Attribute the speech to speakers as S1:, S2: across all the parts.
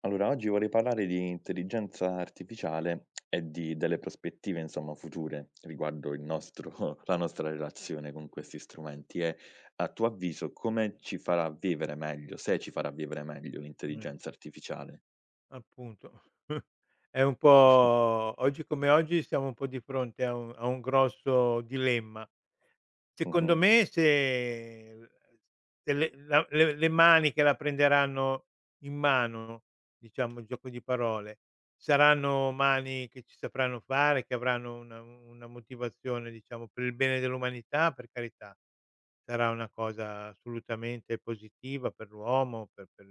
S1: Allora, oggi vorrei parlare di intelligenza artificiale e di delle prospettive, insomma, future riguardo il nostro la nostra relazione con questi strumenti e, a tuo avviso, come ci farà vivere meglio, se ci farà vivere meglio
S2: Eh,
S1: l'intelligenza artificiale.
S2: appunto. È un po' oggi come oggi siamo un po' di fronte a un a un grosso dilemma. Secondo
S1: Mh-mh.
S2: me se, ehm, delle la le le maniche la prenderanno in mano, diciamo il gioco di parole, saranno mani che ci sapranno fare, che avranno una una motivazione diciamo per il bene dell'umanità, per carità. Sarà una cosa assolutamente positiva per l'uomo, per per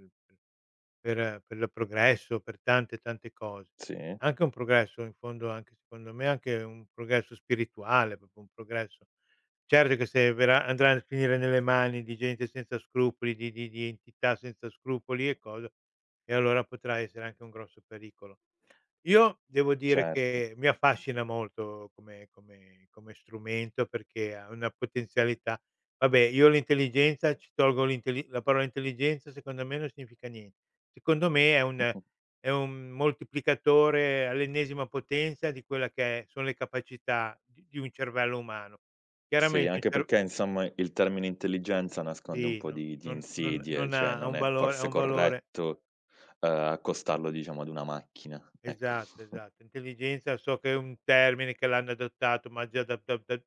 S2: per per il progresso, per tante, tante cose.
S1: Sì,
S2: Anche un progresso in fondo anche secondo me, anche un progresso spirituale, proprio un progresso Certo che se verrà andrà a finire nelle mani di gente senza scrupoli, di di di entità senza scrupoli e cosa, e allora potrà essere anche un grosso pericolo. Io devo dire
S1: certo.
S2: che mi affascina molto come come come strumento perché ha una potenzialità vabbè, io l'intelligenza ci tolgo l'intelli la parola intelligenza secondo me non significa nien secondo me è un è un moltiplicatore all'ennesima potenza di quella che è sono le capacità di di un cervello umano.
S1: Sì,
S2: Chiaramente il
S1: anche
S2: cer
S1: perché, insomma, il termine intelligenza nasconde un
S2: sì,
S1: po'
S2: no
S1: di di
S2: non non
S1: insidie,
S2: non
S1: cioè
S2: ha ha
S1: non
S2: un
S1: è
S2: valore ha
S1: forse
S2: un valore
S1: corretto, ehm, accostarlo, diciamo, ad una macchina, ecco.
S2: esatto, esatto. Intelligenza so che è un termine che l'hanno adottato, ma già da da da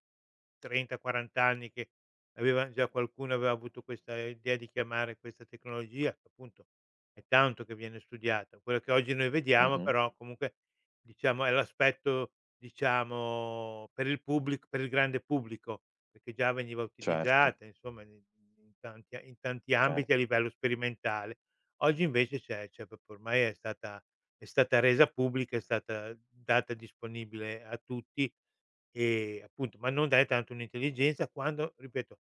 S2: 30, 40 anni che avevan già qualcuno aveva avuto questa idea di chiamare questa tecnologia, che appunto è tanto che viene studiata. Quello che oggi noi vediamo
S1: Mh-mh.
S2: però comunque, diciamo, è l'aspetto, diciamo, per il pubblic per il grande pubblico, perché già veniva
S1: Certo.
S2: utilizzata insomma in in tanti in tanti ambiti a
S1: Certo.
S2: livello sperimentale. Oggi invece c'è c'è proprio ormai è stata è stata resa pubblica, è stata data disponibile a tutti Ehm, appunto, ma non dai tanto un'intelligenza quando, ripeto,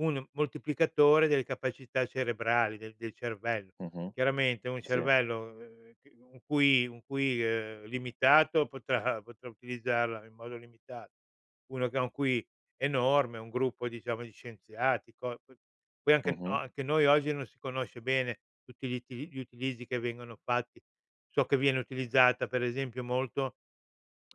S2: un moltiplicatore delle capacità cerebrali, del del cervello.
S1: Mh-mh.
S2: Chiaramente un
S1: Sì.
S2: cervello, ehm, che un QI un QI, ehm, limitato potrà potrà utilizzarla in modo limitato. Uno che ha un QI enorme, un gruppo diciamo di scienziati, co p poi anche
S1: Mh-mh.
S2: anche noi oggi non si conosce bene tutti gli uti gli utilizzi che vengono fatti. So che viene utilizzata per esempio molto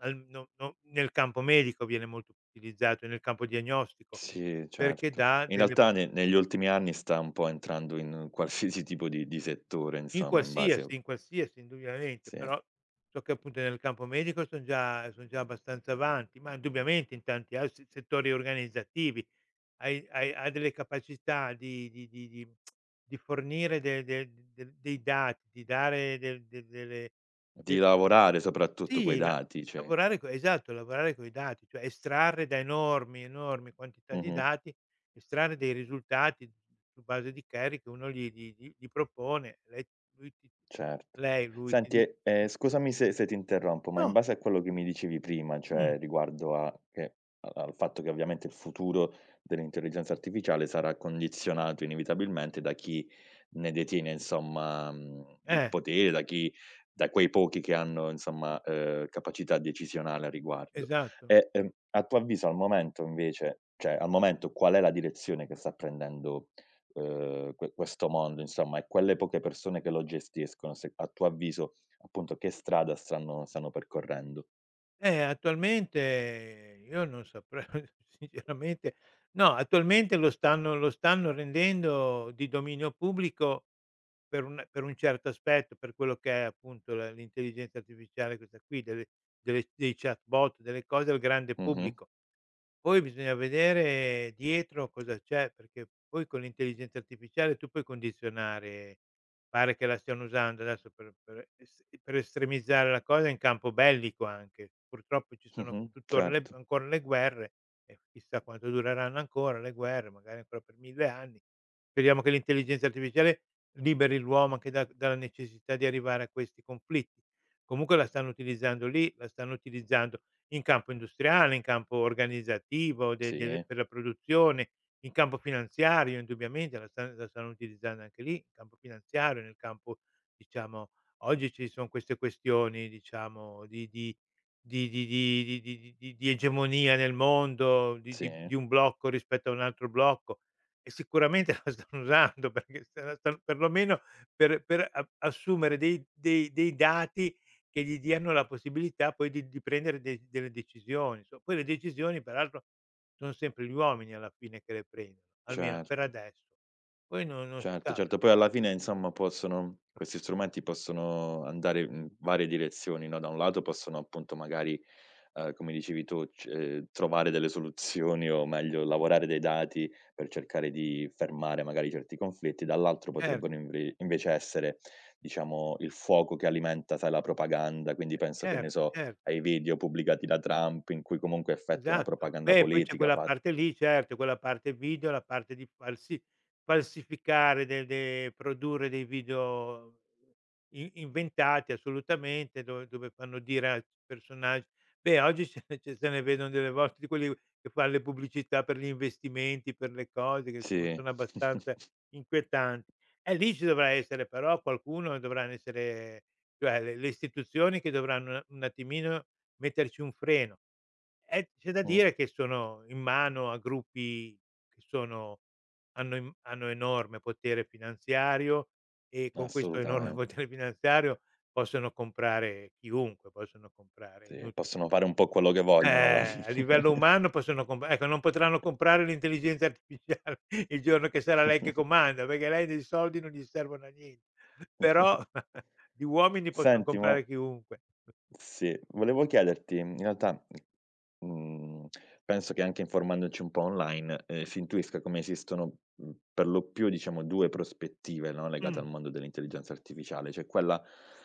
S2: al no no nel campo medico viene molto utilizzato, nel campo diagnostico,
S1: Sì,
S2: perché
S1: certo.
S2: dà
S1: In
S2: delle
S1: realtà ne negli ultimi anni sta un po' entrando in qualsiasi tipo di di settore
S2: in
S1: insomma in base
S2: qualsiasi in qualsiasi indubbiamente,
S1: sì,
S2: però so che appunto nel campo medico son già son già abbastanza avanti, ma indubbiamente in tanti al se settori organizzativi hai hai ha delle capacità di di di di di fornire de de de dei dati, di dare del de delle
S1: di
S2: de
S1: lavorare soprattutto coi
S2: Sì, la
S1: dati, cioè.
S2: lavorare co esatto, lavorare coi dati, cioè estrarre da enormi, enormi quantità di
S1: Mh-mh.
S2: dati, estrarre dei risultati su base di query che uno gli gli gli gli propone, lei lui ti
S1: Certo.
S2: lei, lui ti
S1: Senti
S2: dice
S1: e, ehm, scusami se se ti interrompo, ma in
S2: no,
S1: base a quello che mi dicevi prima,
S2: mh,
S1: cioè riguardo a che a al fatto che ovviamente il futuro dell'intelligenza artificiale sarà condizionato inevitabilmente da chi ne detiene insomma, mhmm, il
S2: eh,
S1: potere, da chi da quei pochi che hanno insomma, ehm, capacità decisionale a riguardo.
S2: esatto.
S1: E, ehm, a tuo avviso al momento invece cioè al momento qual è la direzione che sta prendendo uhm, que questo mondo insomma, e quelle poche persone che lo gestiscono, se a tuo avviso, appunto, che strada stanno stanno percorrendo.
S2: Eh, attualmente io non saprei sinceramente no, attualmente lo stanno lo stanno rendendo di dominio pubblico Per un per un certo aspetto, per quello che è appunto la l'intelligenza artificiale questa qui, delle delle dei chatbot, delle cose al grande
S1: Mh-mh,
S2: pubblico. Poi bisogna vedere dietro cosa c'è, perché poi con l'intelligenza artificiale tu puoi condizionare, pare che la stiano usando adesso per per es per estremizzare la cosa in campo bellico anche. Purtroppo ci sono
S1: mh-mh,
S2: tuttora le
S1: certo.
S2: ancora le guerre e chissà quanto dureranno ancora le guerre, magari ancora per 1000 anni. Speriamo che l'intelligenza artificiale liberi l'uomo anche da dalla necessità di arrivare a questi conflitti. Comunque la stanno utilizzando lì, la stanno utilizzando in campo industriale, in campo organizzativo de del
S1: Sì,
S2: per la produzione, in campo finanziario indubbiamente la stan la stanno utilizzando anche lì, in campo finanziario, nel campo diciamo oggi ci son queste questioni diciamo di di di di di di di di di egemonia nel mondo, di
S1: sì,
S2: di di un blocco rispetto a un altro blocco e sicuramente la stanno usando perché se la stan perlomeno per per a assumere dei dei dei dati che gli diano la possibilità poi di di prendere de delle decisioni, so poi le decisioni peraltro son sempre gli uomini alla fine che le prendono, almeno per
S1: certo,
S2: adesso. Poi non non si
S1: certo,
S2: sa
S1: certo. Poi
S2: perché
S1: alla fine insomma possono questi strumenti possono andare in varie direzioni, no, da un lato possono appunto magari uhm, come dicevi tu, c ehm, trovare delle soluzioni o meglio lavorare dei dati per cercare di fermare magari certi conflitti, dall'altro
S2: certo,
S1: potrebbero invre invece essere, diciamo, il fuoco che alimenta, sai, la propaganda, quindi
S2: ce
S1: penso, che ne
S2: certo,
S1: so,
S2: cer
S1: ai video pubblicati da Trump in cui comunque effettua una
S2: Esatto.
S1: propaganda
S2: Beh, poi c'è
S1: politica,
S2: quella
S1: fa
S2: parte lì, certo, quella parte video, la parte di falsi falsificare de de produrre dei video i inventati assolutamente, dove dove fanno dire al personag beh, oggi ce ne ce se ne vedono delle volte di quelli che fan le pubblicità per gli investimenti, per le cose, che insomma
S1: sì.
S2: sono abbastanza inquietanti. Eh, lì ci dovrà essere però qualcuno, dovranno essere cioè le le istituzioni che dovranno un attimino metterci un freno. Eh, c'è da
S1: Mh,
S2: dire che sono in mano a gruppi che sono hanno im hanno enorme potere finanziario e con questo enorme
S1: assolutamente.
S2: potere finanziario possono comprare chiunque, possono comprare è
S1: Sì,
S2: inutile
S1: possono fare un po' quello che vogliono alla
S2: eh,
S1: fine.
S2: a livello umano possono comp ecco, non potranno comprare l'intelligenza artificiale il giorno che sarà lei che comanda, perché lei dei soldi non gli servono a nien però di uomini posson
S1: Senti, ma
S2: comprare chiunque.
S1: sì, volevo chiederti in realtà Mhmm, penso che anche informandoci un po' online, ehm, si intuisca come esistono, mhmm, per lo più diciamo 2 prospettive, no, legate
S2: Mh,
S1: al mondo dell'intelligenza artificiale. C'è quella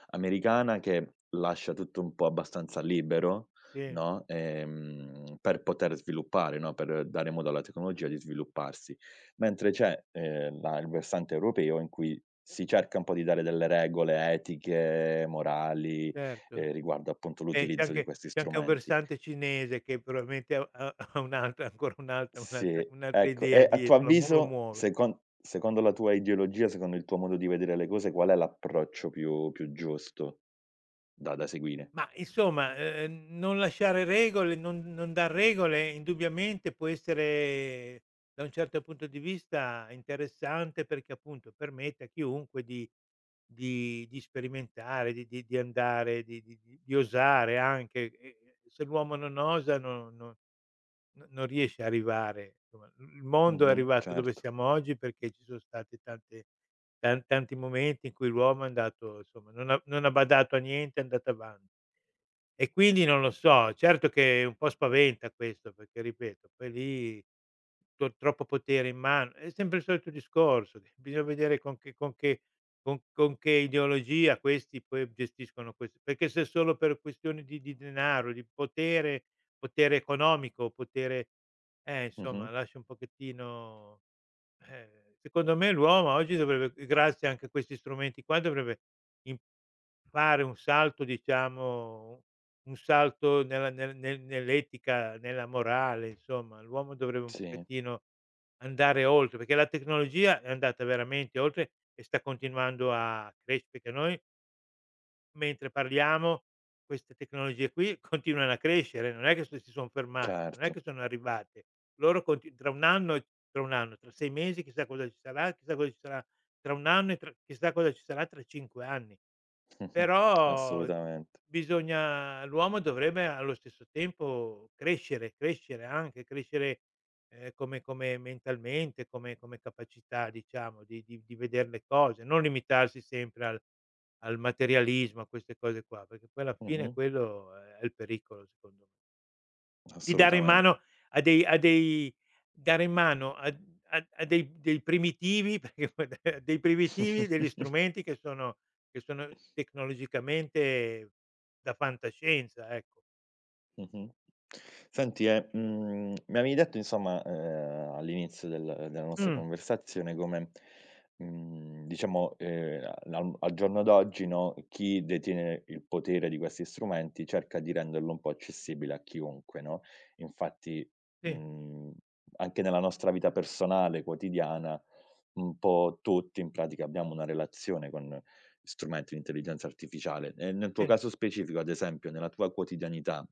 S1: americana che lascia tutto un po' abbastanza libero,
S2: sì,
S1: no, ehm, per poter sviluppare, no, per dare modo alla tecnologia di svilupparsi. Mentre c'è, ehm, la il versante europeo in cui si cerca un po' di dare delle regole etiche, morali,
S2: certo.
S1: ehm, riguardo appunto
S2: Beh, c'è
S1: l'utilizzo di
S2: anche
S1: questi
S2: c'è anche un
S1: strumenti.
S2: versante cinese che probabilmente ha ha ha un'altra ancora un'altra
S1: Sì,
S2: un'altra un'altra
S1: ecco.
S2: idea
S1: E a tuo
S2: dietro, lo mu lo
S1: avviso,
S2: muove.
S1: secon secondo la tua ideologia, secondo il tuo modo di vedere le cose, qual è l'approccio più più giusto da da seguire?
S2: Ma insomma, ehm, non lasciare regole, non non dar regole indubbiamente può essere da un certo punto di vista interessante perché appunto permette a chiunque di di di sperimentare, di di di andare, di di di di osare anche, e e se l'uomo non osa no no No non riesci a arrivare insomma, il il mondo è
S1: Mh-mh,
S2: arrivato dove
S1: certo.
S2: siamo oggi perché ci sono stati tante tan tanti momenti in cui l'uomo è andato insomma non ha non ha badato a niente, è andato avanti. E quindi non lo so, certo che un po' spaventa questo, perché ripeto, poi lì to troppo potere in mano, è sempre il solito discorso, che bisogna vedere con che con che con con che ideologia questi poi gestiscono questi perché se solo per questioni di di denaro, di potere, potere economico, potere eh, insomma
S1: Mh-mh.
S2: lascia un pochettino eh, secondo me l'uomo oggi dovrebbe grazie anche a questi strumenti qua, dovrebbe im fare un salto diciamo un salto nella nel nel nell'etica, nella morale, insomma. L'uomo dovrebbe un
S1: Sì,
S2: pochettino andare oltre, perché la tecnologia è andata veramente oltre e sta continuando a cresce perché noi mentre parliamo queste tecnologie qui continuano a crescere, non è che s si son fermate, non è
S1: certo.
S2: che sono arrivate. Loro conti tra 1 anno e tra 1 anno, tra 6 mesi chissà cosa ci sarà, chissà cosa ci sarà tra 1 anno e tra chissà cosa ci sarà tra 5 anni.
S1: Mh-mh.
S2: Però,
S1: Assolutamente.
S2: bisogna l'uomo dovrebbe allo stesso tempo crescere, crescere anche, crescere, ehm, come come mentalmente, come come capacità diciamo di di di veder le cose, non limitarsi sempre al al materialismo, a queste cose qua, perché poi alla fine
S1: Mh-mh.
S2: quello è il pericolo secondo me. Di dare in
S1: Assolutamente.
S2: mano a dei a dei dare in mano a a a dei dei primitivi, perché poi a dei primitivi, degli strumenti che sono che sono tecnologicamente da fantascienza, ecco.
S1: Mh-mh. Senti, e, mhmm, mi avevi detto insomma, ehm, all'inizio del della nostra
S2: Mh,
S1: conversazione come, mhmm, diciamo, ehm, al al giorno d'oggi, no, chi detiene il potere di questi strumenti cerca di renderlo un po' accessibile a chiunque, no. Infatti,
S2: sì,
S1: mhmm, anche nella nostra vita personale, quotidiana, un po' tutti in pratica abbiamo una relazione con strumenti di intelligenza artificiale. E nel tuo
S2: sì.
S1: caso specifico, ad esempio, nella tua quotidianità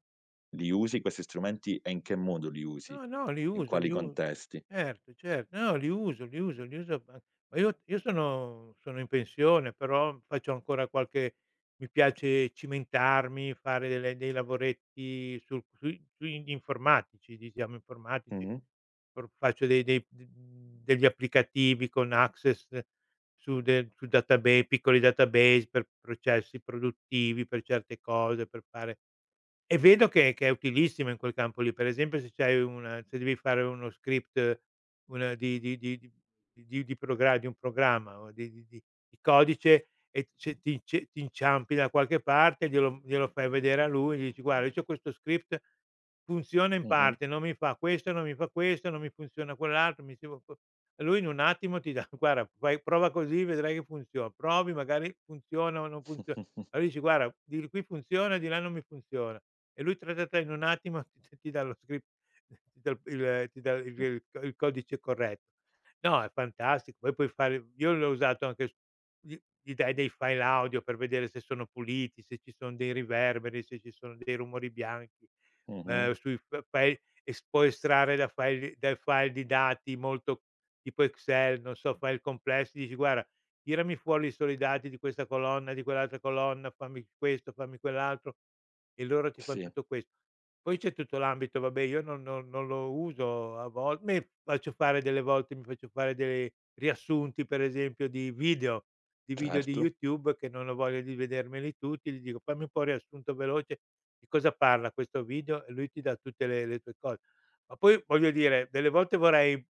S1: li usi questi strumenti e in che modo li usi?
S2: No, no, li
S1: In
S2: uso,
S1: quali
S2: li u
S1: contesti?
S2: certo, certo. No, li uso, li uso, li uso ma ma io io sono sono in pensione, però faccio ancora qualche mi piace cimentarmi, fare delle dei lavoretti sul sui sugli informatici, diciamo informatici.
S1: Mh-mh,
S2: Pro faccio dei dei d degli applicativi con Access su del su databe piccoli database per processi produttivi, per certe cose, per fare e vedo che che è utilissima in quel campo lì. Per esempio se c'hai una se devi fare uno script, una di di di di di di progra di un programma o di di di di codice e se ti ce ti inciampi da qualche parte, glielo glielo fai vedere a lui, gli dici: "Guarda, io c'ho questo script, funziona in
S1: mh-mh,
S2: parte, non mi fa questo, non mi fa questo, non mi funziona quell'altro, mi devo co" e lui in un attimo ti dà: "Guarda, fai prova così, vedrai che funziona. Provi, magari funziona o non funziona". Allora dici: "Guarda, di qui funziona, di là non mi funziona". E lui tra tra tra in un attimo ti ti ti dà lo script, ti dà il ti dà il il il codice corretto. No, è fantastico. Poi puoi fare io l'ho usato anche s gli gli dai dei file audio per vedere se sono puliti, se ci sono dei riverberi, se ci sono dei rumori bianchi, ehm,
S1: mh-mh,
S2: sui f file e s puoi estrarre da file dai file di dati molto tipo Excel, non so, file complessi, dici: "Guarda" tirami fuori i soldati di questa colonna, di quell'altra colonna, fammi questo, fammi quell'altro e loro ti fan
S1: sì,
S2: tutto questo. Poi c'è tutto l'ambito, vabbè io non non non lo uso a vol me faccio fare delle volte mi faccio fare dei riassunti per esempio di video di video di
S1: certo.
S2: YouTube che non ho voglia di vedermeli tutti, gli dico: "Fammi un po' riassunto veloce di cosa parla questo video" e lui ti dà tutte le le tue cose. Ma poi voglio dire, delle volte vorrei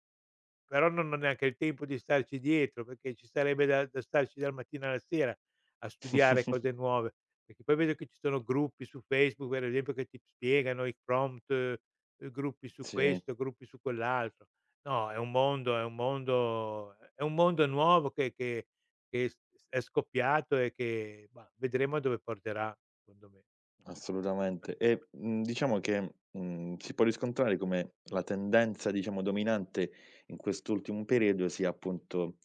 S2: però non ho neanche il tempo di starci dietro, perché ci sarebbe da da starci dal mattino alla sera a studiare cose nuove, perché poi vedo che ci sono gruppi su Facebook, per esempio, che ti spiegano i prompt, uhm, gruppi su
S1: Sì.
S2: questo, gruppi su quell'altro. No, è un mondo è un mondo è un mondo nuovo che che che s è scoppiato e che, bah, vedremo a dove porterà, secondo me.
S1: Assolutamente. E, mhmm, diciamo che, mhmm, si può riscontrare come la tendenza, diciamo, dominante in quest'ultimo periodo sia appunto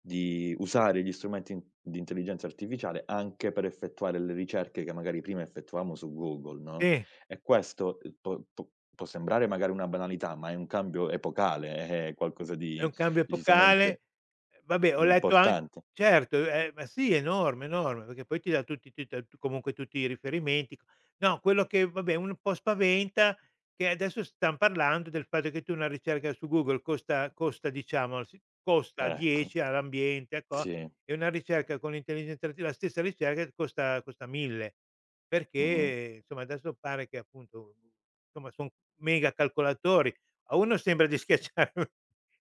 S1: di usare gli strumenti in di intelligenza artificiale anche per effettuare le ricerche che magari prima effettuavamo su Google, no,
S2: Sì.
S1: e questo, uhm, può può può sembrare magari una banalità, ma è un cambio epocale, è è qualcosa
S2: È
S1: di
S2: un cambio epocale.
S1: decisamente
S2: Ehm, vabbè ho letto an
S1: importante.
S2: certo, ehm, ma sì enorme, enorme, perché poi ti dà tutti ti dà tu comunque tutti i riferimenti. No, quello che vabbè un po' spaventa, che adesso stan parlando del fatto che tu una ricerca su Google costa costa diciamo si costa
S1: Ecco,
S2: 10 all'ambiente a co
S1: sì.
S2: e una ricerca con l'intelligenza arti la stessa ricerca costa costa 1000
S1: Mh-mh.
S2: perché insomma adesso pare che appunto, insomma son mega calcolatori. A uno sembra di schiacciare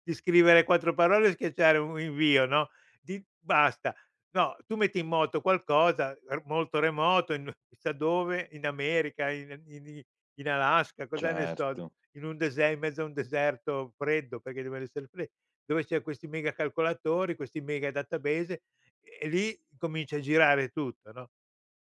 S2: di scrivere 4 parole e schiacciare un invio, no, di basta. No, tu metti in moto qualcosa, r molto remoto, in chissà dove, in America, in in i in Alaska, cosa ne so,
S1: Certo.
S2: in un dese in mezzo a un deserto freddo, perché deve essere fre dove c'è questi mega calcolatori, questi mega database, e lì comincia a girare tutto, no.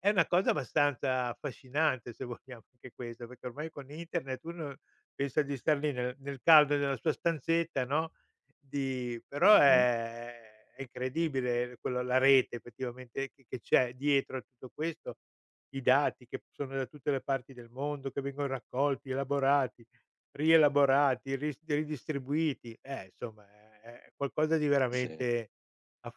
S2: È una cosa abbastanza affascinante se vogliamo anche questa, perché ormai con internet uno Pensa di star lì nel nel caldo della sua stanzetta, no, di però
S1: Mh-mh.
S2: è è incredibile quello la rete effettivamente che che c'è dietro a tutto questo, i dati che sono da tutte le parti del mondo, che vengono raccolti, elaborati, rielaborati, ris ridistribuiti, eh, insomma è è qualcosa di
S1: Sì.
S2: veramente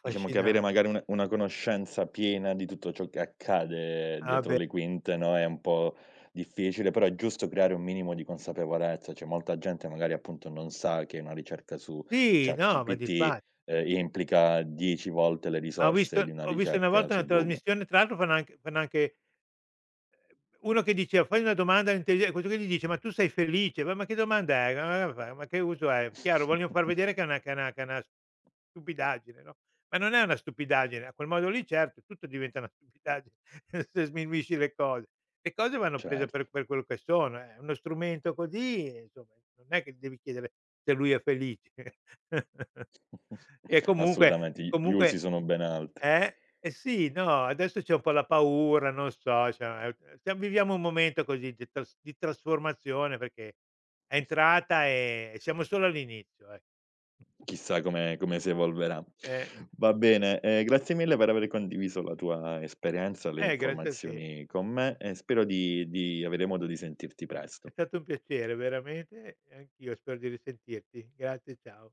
S1: Diciamo che avere magari un una conoscenza piena di tutto ciò che accade
S2: ah
S1: dietro
S2: beh,
S1: le quinte, no, è un po' difficile, però è giusto creare un minimo di consapevolezza. Cioè, molta gente magari appunto non sa che una ricerca su
S2: sì, no, ma
S1: ChatGPT,
S2: difatti.
S1: ehm, implica 10 volte le
S2: Ma ho visto
S1: risorse di una
S2: ho visto una
S1: ricerca
S2: volta una
S1: su Google.
S2: trasmissione, tra l'altro fanno anche fanno anche Uno che diceva: "Fai una domanda intelli" questo qui gli dice: "Ma tu sei felice?" "Ma ma che domanda è?" "Ma che uso è?" Chiaro, vogliono far vedere che è una che è una che è una stupidaggine, no, ma non è una stupidaggine, a quel modo lì certo, tutto diventa una stupidaggine se sminuisci le cose. Le cose vanno prese
S1: Certo,
S2: per per quello che sono, è uno strumento così e insomma non è che devi chiedere se lui è felice. E comunque
S1: assolutamente, gli gli usi
S2: comunque
S1: sono ben altri.
S2: eh? Eh sì, no, adesso c'è un po' la paura, non so, cioè, ehm, stiam viviamo un momento così di tras di trasformazione perché è entrata e siamo solo all'inizio, ecco.
S1: Chissà come come si evolverà.
S2: Eh,
S1: Va bene, ehm, grazie mille per aver condiviso la tua esperienza, le
S2: eh, grazie a te.
S1: informazioni con me e spero di di avere modo di sentirti
S2: È
S1: presto.
S2: stato un piacere veramente e anch'io spero di risentirti. Grazie, ciao.